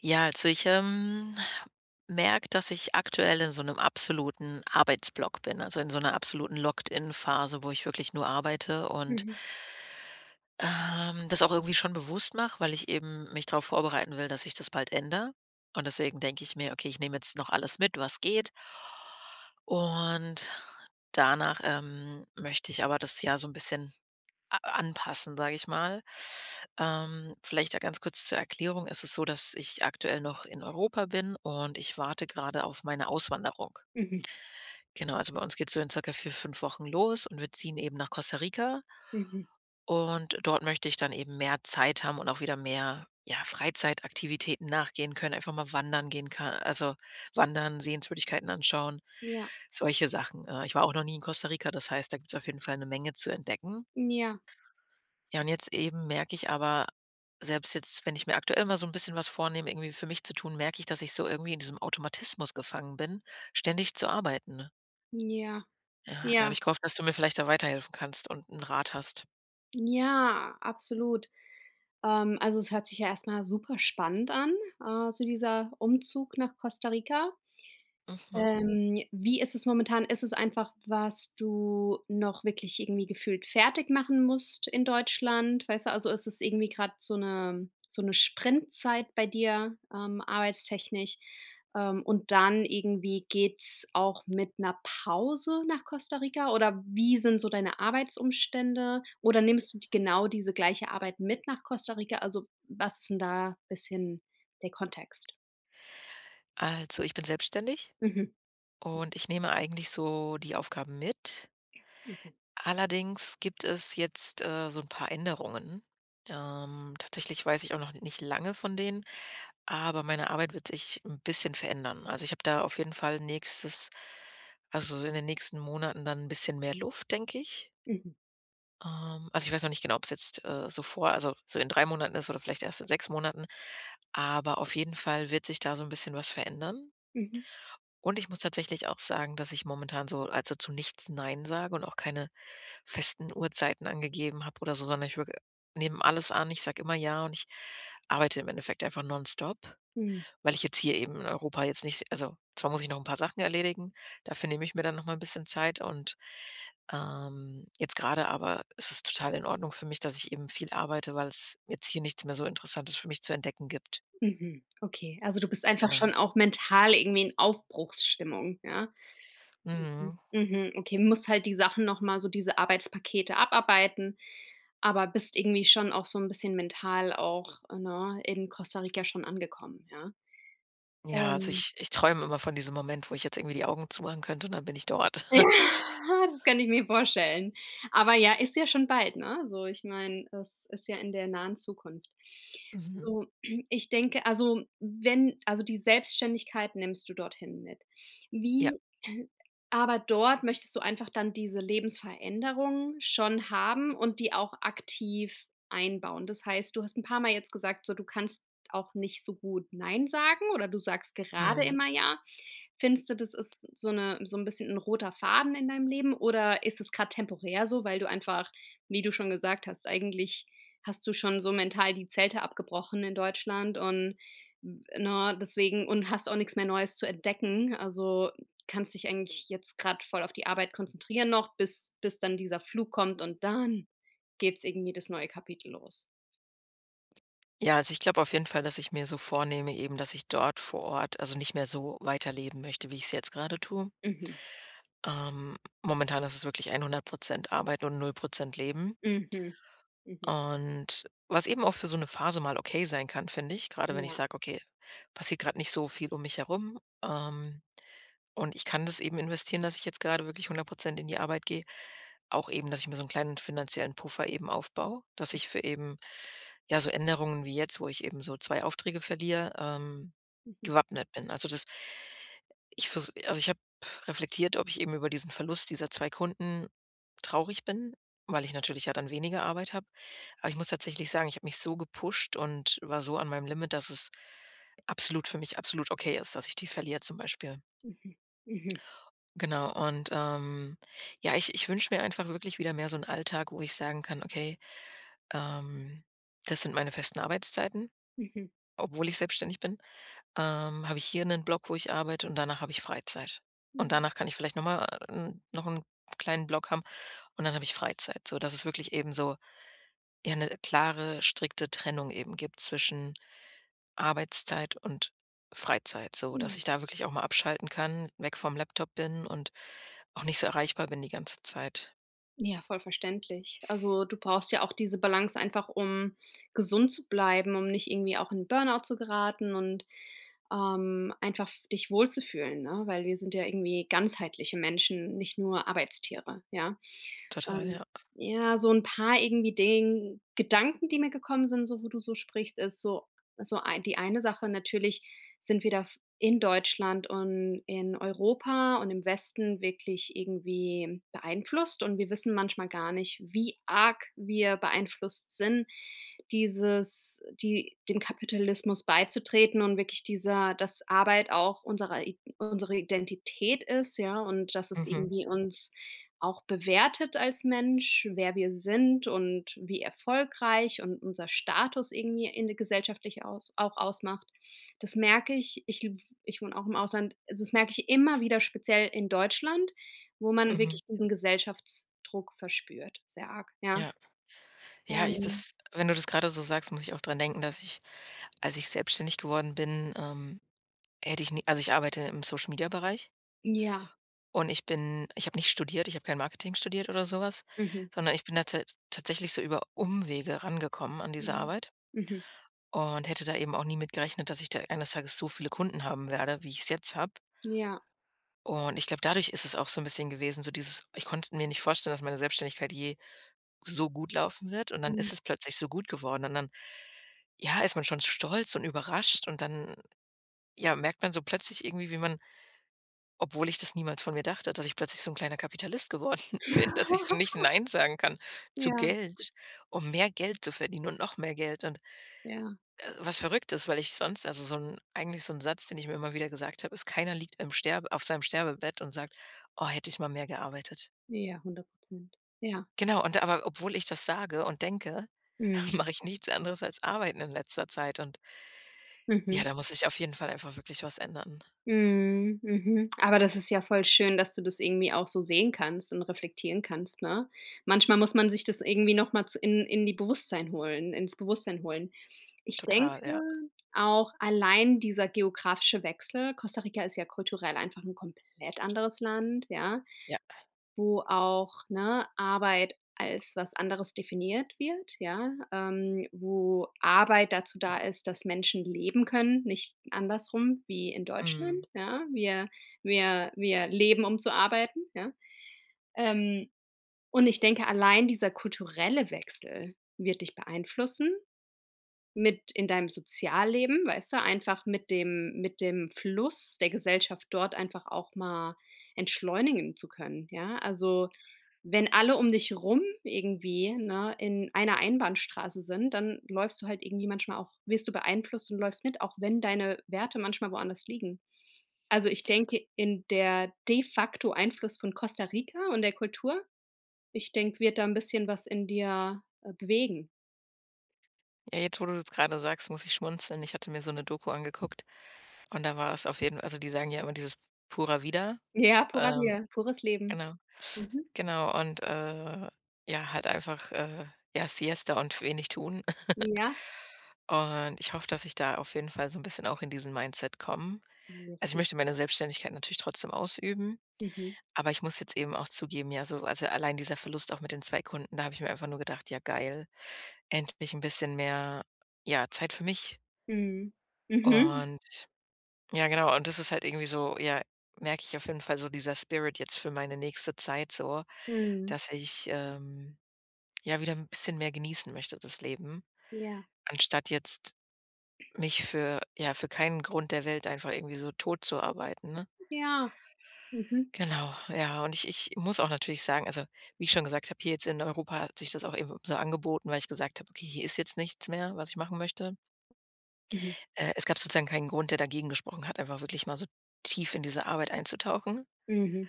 Ja, also ich merke, dass ich aktuell in so einem absoluten Arbeitsblock bin, also in so einer absoluten Locked-in-Phase, wo ich wirklich nur arbeite und Mhm, das auch irgendwie schon bewusst mache, weil ich eben mich darauf vorbereiten will, dass sich das bald ändere. Und deswegen denke ich mir: „Okay, ich nehme jetzt noch alles mit, was geht." Und danach möchte ich aber das Jahr so ein bisschen a anpassen, sage ich mal. Vielleicht da ganz kurz zur Erklärung. Es ist so, dass ich aktuell noch in Europa bin und ich warte gerade auf meine Auswanderung. mhm, Genau, also bei uns geht's so in circa 4, 5 Wochen los und wir ziehen eben nach Costa Rica, mhm. und dort möchte ich dann eben mehr Zeit haben und auch wieder mehr, ja, Freizeitaktivitäten nachgehen können, einfach mal wandern gehen kann, also wandern, Sehenswürdigkeiten anschauen, Ja. solche Sachen. Ich war auch noch nie in Costa Rica, das heißt, da gibt es auf jeden Fall eine Menge zu entdecken. Ja, Ja, und jetzt eben merke ich aber, selbst jetzt, wenn ich mir aktuell mal so ein bisschen was vornehme, irgendwie für mich zu tun, merke ich, dass ich so irgendwie in diesem Automatismus gefangen bin, ständig zu arbeiten. ja, Ja, da habe ja, ich gehofft, dass du mir vielleicht da weiterhelfen kannst und einen Rat hast. ja, absolut. Also, es hört sich ja erst mal super spannend an, so dieser Umzug nach Costa Rica. Mhm. Wie ist es momentan? Ist es einfach, was du noch wirklich irgendwie gefühlt fertig machen musst in Deutschland? Weißt du, also ist es irgendwie gerade so eine Sprintzeit bei dir, arbeitstechnisch? Und dann irgendwie geht's auch mit einer Pause nach Costa Rica oder wie sind so deine Arbeitsumstände? Oder nimmst du d genau diese gleiche Arbeit mit nach Costa Rica? Also, was ist denn da ein bisschen der Kontext? Also, ich bin selbstständig Mhm, und ich nehme eigentlich so die Aufgaben mit. okay. Allerdings gibt es jetzt, so ein paar Änderungen. Tatsächlich weiß ich auch noch nicht lange von denen. Aber meine Arbeit wird sich ein bisschen verändern. Also, ich habe da auf jeden Fall so in den nächsten Monaten dann ein bisschen mehr Luft, denke ich. Mhm, Also, ich weiß noch nicht genau, ob es jetzt, so in 3 Monaten ist oder vielleicht erst in 6 Monaten, aber auf jeden Fall wird sich da so ein bisschen was verändern. mhm, Und ich muss tatsächlich auch sagen, dass ich momentan zu nichts nein sage und auch keine festen Uhrzeiten angegeben habe oder so, sondern ich wirke nehme alles an. Ich sage immer ja und ich arbeite im Endeffekt einfach nonstop. mhm. Weil ich jetzt hier eben in Europa jetzt nicht, also, zwar muss ich noch ein paar Sachen erledigen, dafür nehme ich mir dann noch mal ein bisschen Zeit und jetzt gerade aber ist es total in Ordnung für mich, dass ich eben viel arbeite, weil es jetzt hier nichts mehr so Interessantes für mich zu entdecken gibt. Mhm, okay. Also, du bist einfach Genau. schon auch mental irgendwie in Aufbruchsstimmung, ja? Mhm. Mhm. Mhm, okay, musst halt die Sachen noch mal so diese Arbeitspakete abarbeiten, aber bist irgendwie schon auch so ein bisschen mental auch, ne, in Costa Rica schon angekommen, ja? Ja, also, Ähm ich träume immer von diesem Moment, wo ich jetzt irgendwie die Augen zumachen könnte und dann bin ich dort. Ja, das kann ich mir vorstellen. Aber ja, ist ja schon bald, ne? So, ich meine, es ist ja in der nahen Zukunft. Mhm. So, ich denke, also, wenn also, die Selbstständigkeit nimmst du dorthin mit. Ja. Wie Aber dort möchtest du einfach dann diese Lebensveränderung schon haben und die auch aktiv einbauen. Das heißt, du hast ein paar Mal jetzt gesagt, so, du kannst auch nicht so gut „nein" sagen oder du sagst gerade Mhm. immer „ja". Findest du, das ist so ein bisschen ein roter Faden in deinem Leben oder ist es gerade temporär so, weil du einfach, wie du schon gesagt hast, eigentlich hast du schon so mental die Zelte abgebrochen in Deutschland und, ne, deswegen und hast auch nichts mehr Neues zu entdecken. Also, kannst dich eigentlich jetzt gerade voll auf die Arbeit konzentrieren noch, bis dann dieser Flug kommt und dann geht's irgendwie das neue Kapitel los. Ja, also, ich glaube auf jeden Fall, dass ich mir so vornehme eben, dass ich dort vor Ort, also, nicht mehr so weiterleben möchte, wie ich es jetzt gerade tue. Mhm, Momentan ist es wirklich 100% Arbeit und 0% Leben. mhm, mhm. Und was eben auch für so eine Phase mal okay sein kann, finde ich, gerade wenn ich Ja. sage: „Okay, passiert gerade nicht so viel um mich herum." Ähm und ich kann das eben investieren, dass ich jetzt gerade wirklich 100% in die Arbeit gehe. Auch eben, dass ich mir so einen kleinen finanziellen Puffer eben aufbaue, dass ich für eben, ja, so Änderungen wie jetzt, wo ich eben so 2 Aufträge verliere, Mhm, gewappnet bin. Also, das ich habe reflektiert, ob ich eben über diesen Verlust dieser 2 Kunden traurig bin, weil ich natürlich ja dann weniger Arbeit habe. Aber ich muss tatsächlich sagen, ich habe mich so gepusht und war so an meinem Limit, dass es absolut für mich absolut okay ist, dass ich die verliere zum Beispiel. mhm, mhm, Genau und, ja, ich wünsche mir einfach wirklich wieder mehr so 'n Alltag, wo ich sagen kann: „Okay, ähm, das sind meine festen Arbeitszeiten, mhm, obwohl ich selbstständig bin. Habe ich hier einen Block, wo ich arbeite und danach habe ich Freizeit. Und mhm. danach kann ich vielleicht noch mal, noch einen kleinen Block haben und dann habe ich Freizeit." So, dass es wirklich eben so, ja, eine klare, strikte Trennung eben gibt zwischen Arbeitszeit und Freizeit, so Ja, dass ja. ich da wirklich auch mal abschalten kann, weg vom Laptop bin und auch nicht so erreichbar bin die ganze Zeit. Ja, voll verständlich. Also, du brauchst ja auch diese Balance einfach, um gesund zu bleiben, um nicht irgendwie auch in Burnout zu geraten und einfach f dich wohlzufühlen, ne? Weil wir sind ja irgendwie ganzheitliche Menschen, nicht nur Arbeitstiere, ja? Total, Ähm, ja. ja, so ein paar irgendwie Ding Gedanken, die mir gekommen sind, so wo du so sprichst, ist so so ei die eine Sache natürlich, sind wir da f in Deutschland und in Europa und im Westen wirklich irgendwie beeinflusst, und wir wissen manchmal gar nicht, wie arg wir beeinflusst sind, dieses die dem Kapitalismus beizutreten, und wirklich dieser dass Arbeit auch unsere I unsere Identität ist, ja, und dass es Mhm, irgendwie uns auch bewertet als Mensch, wer wir sind und wie erfolgreich und unser Status irgendwie in der gesellschaftlich aus auch ausmacht. Das merke ich. Ich wohne auch im Ausland, also das merke ich immer wieder speziell in Deutschland, wo man mhm. wirklich diesen Gesellschaftsdruck verspürt, sehr arg, ja. Ja. Ja, ich Ähm, das wenn du das grade so sagst, muss ich auch dran denken, dass ich, als ich selbstständig geworden bin, hätte ich nie also, ich arbeite im Social-Media-Bereich, ja, und ich habe nicht studiert, ich habe kein Marketing studiert oder so was, mhm. sondern ich bin da tatsächlich so über Umwege rangekommen an diese Ja. Arbeit. Mhm. Und hätte da eben auch nie mit gerechnet, dass ich da eines Tages so viele Kunden haben werde, wie ich es jetzt habe. Ja. Und ich glaube, dadurch ist es auch so ein bisschen gewesen, so dieses, ich konnte mir nicht vorstellen, dass meine Selbstständigkeit je so gut laufen wird, und dann Mhm. ist es plötzlich so gut geworden und dann, ja, ist man schon stolz und überrascht, und dann, ja, merkt man so plötzlich irgendwie, wie man obwohl ich das niemals von mir dachte, dass ich plötzlich so ein kleiner Kapitalist geworden bin, dass ich so nicht nein sagen kann zu Ja, Geld, um mehr Geld zu verdienen und noch mehr Geld. Und ja, was verrückt ist, weil ich sonst, also, so ein Satz, den ich mir immer wieder gesagt habe, ist: „Keiner liegt im Sterbe auf seinem Sterbebett und sagt: ‚Oh, hätte ich mal mehr gearbeitet.'" ja, 100%. Ja. Genau, und aber obwohl ich das sage und denke, Mhm. mache ich nichts anderes als arbeiten in letzter Zeit, und ja, Mhm. da muss ich auf jeden Fall einfach wirklich was ändern. Mhm. Mhm. Aber das ist ja voll schön, dass du das irgendwie auch so sehen kannst und reflektieren kannst, ne? Manchmal muss man sich das irgendwie noch mal in die Bewusstsein holen ins Bewusstsein holen. Ich denke Total, ja. auch, allein dieser geografische Wechsel Costa Rica ist ja kulturell einfach ein komplett anderes Land, ja? Ja. Wo auch, ne, Arbeit als was anderes definiert wird, ja, wo Arbeit dazu da ist, dass Menschen leben können, nicht andersrum wie in Mhm. Deutschland, ja. Wir leben, um zu arbeiten, ja. Ähm, und ich denke, allein dieser kulturelle Wechsel wird dich beeinflussen. Mit in deinem Sozialleben, weißt du, einfach mit dem Fluss der Gesellschaft dort einfach auch mal entschleunigen zu können, ja? Also, wenn alle um dich rum irgendwie, ne, in einer Einbahnstraße sind, dann läufst du halt irgendwie manchmal auch, wirst du beeinflusst und läufst mit, auch wenn deine Werte manchmal woanders liegen. Also, ich denke, in der de facto Einfluss von Costa Rica und der Kultur, ich denke, wird da ein bisschen was in dir, bewegen. Ja, jetzt, wo du es gerade sagst, muss ich schmunzeln. Ich hatte mir so eine Doku angeguckt und da war es auf jeden Fall, also, die sagen ja immer dieses Pura Vida, Ja, purer ähm Wir, pures Leben. Genau. Mhm. Genau und, ja, halt einfach, ja, Siesta und wenig tun. Ja, Und ich hoffe, dass ich da auf jeden Fall so ein bisschen auch in diesen Mindset komme. Also, ich mindestens. möchte meine Selbstständigkeit natürlich trotzdem ausüben, Mhm. aber ich muss jetzt eben auch zugeben, ja, so also, allein dieser Verlust auch mit den 2 Kunden, da habe ich mir einfach nur gedacht: „Ja, geil, endlich ein bisschen mehr, ja, Zeit für mich." Mhm. Mhm. Und ja, genau, und das ist halt irgendwie so, ja, merke ich auf jeden Fall so dieser Spirit jetzt für meine nächste Zeit so, Mhm. dass ich, ja, wieder ein bisschen mehr genießen möchte, das Leben, Ja. anstatt jetzt mich für keinen Grund der Welt einfach irgendwie so totzuarbeiten, ne? Ja. Mhm. Genau, ja, und ich muss auch natürlich sagen, also, wie ich schon gesagt habe, hier jetzt in Europa hat sich das auch eben so angeboten, weil ich gesagt habe: „Okay, hier ist jetzt nichts mehr, was ich machen möchte." Mhm. Es gab sozusagen keinen Grund, der dagegen gesprochen hat, einfach wirklich mal so tief in diese Arbeit einzutauchen. Mhm.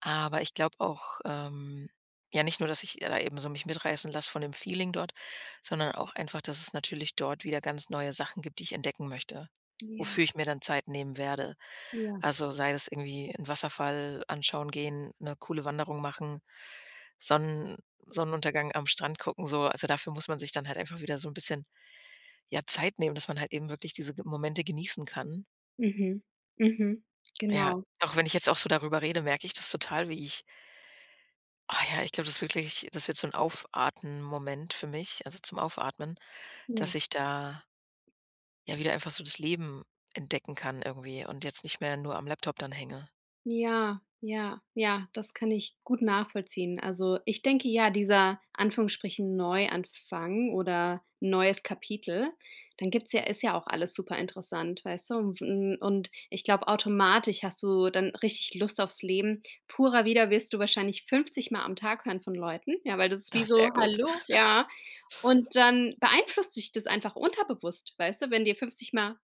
Aber ich glaube auch, ja, nicht nur, dass ich da eben so mich mitreißen lasse von dem Feeling dort, sondern auch einfach, dass es natürlich dort wieder ganz neue Sachen gibt, die ich entdecken möchte, Ja. wofür ich mir dann Zeit nehmen werde. Ja. Also, sei das irgendwie einen Wasserfall anschauen gehen, eine coole Wanderung machen, Sonnen Sonnenuntergang am Strand gucken, so. Also, dafür muss man sich dann halt einfach wieder so ein bisschen, ja, Zeit nehmen, dass man halt eben wirklich diese Ge Momente genießen kann. Mhm. Mhm. Ja, Genau. auch wenn ich jetzt auch so darüber rede, merke ich das total, wie ich, Ah ja, ich glaube, das wird so 'n Aufatmen-Moment für mich, also zum Aufatmen, Ja. dass ich da ja wieder einfach so das Leben entdecken kann irgendwie und jetzt nicht mehr nur am Laptop dann hänge. Ja, ja, ja, das kann ich gut nachvollziehen. Also, ich denke, ja, dieser Anführungsstrichen Neuanfang oder neues Kapitel, dann gibt's ja, ist ja auch alles super interessant, weißt du? Und ich glaube, automatisch hast du dann richtig Lust aufs Leben. Purer wieder wirst du wahrscheinlich 50 Mal am Tag hören von Leuten, ja, weil das ist Ah, wie so: sehr gut. „Hallo?" Ja. Und dann beeinflusst dich das einfach unterbewusst, weißt du? Wenn dir 50 Mal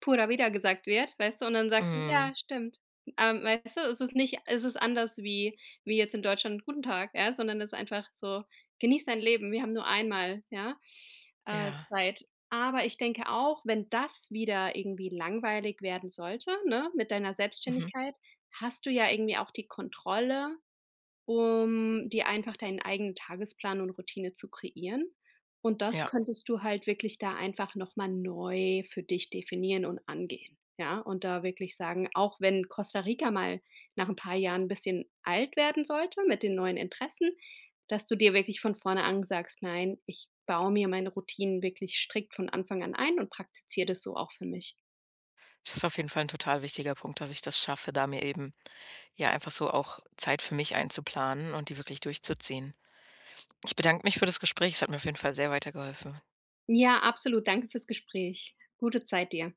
purer wieder gesagt wird, weißt du? Und dann sagst du: Mhm, „Ja, stimmt." Weißt du, es ist nicht, es ist anders wie jetzt in Deutschland „Guten Tag", ja, sondern es ist einfach so: „Genieß dein Leben, wir haben nur einmal", ja, ja, Zeit. Aber ich denke auch, wenn das wieder irgendwie langweilig werden sollte, ne, mit deiner mhm, Selbstständigkeit, hast du ja irgendwie auch die Kontrolle, um dir einfach deinen eigenen Tagesplan und Routine zu kreieren. Und das ja. könntest du halt wirklich da einfach noch mal neu für dich definieren und angehen. Ja, und da wirklich sagen, auch wenn Costa Rica mal nach ein paar Jahren 'n bisschen alt werden sollte mit den neuen Interessen, dass du dir wirklich von vorne an sagst: „Nein, ich baue mir meine Routinen wirklich strikt von Anfang an ein und praktiziere das so auch für mich." Das ist auf jeden Fall 'n total wichtiger Punkt, dass ich das schaffe, da mir eben ja einfach so auch Zeit für mich einzuplanen und die wirklich durchzuziehen. Ich bedanke mich für das Gespräch. Es hat mir auf jeden Fall sehr weitergeholfen. Ja, absolut. Danke fürs Gespräch. Gute Zeit dir.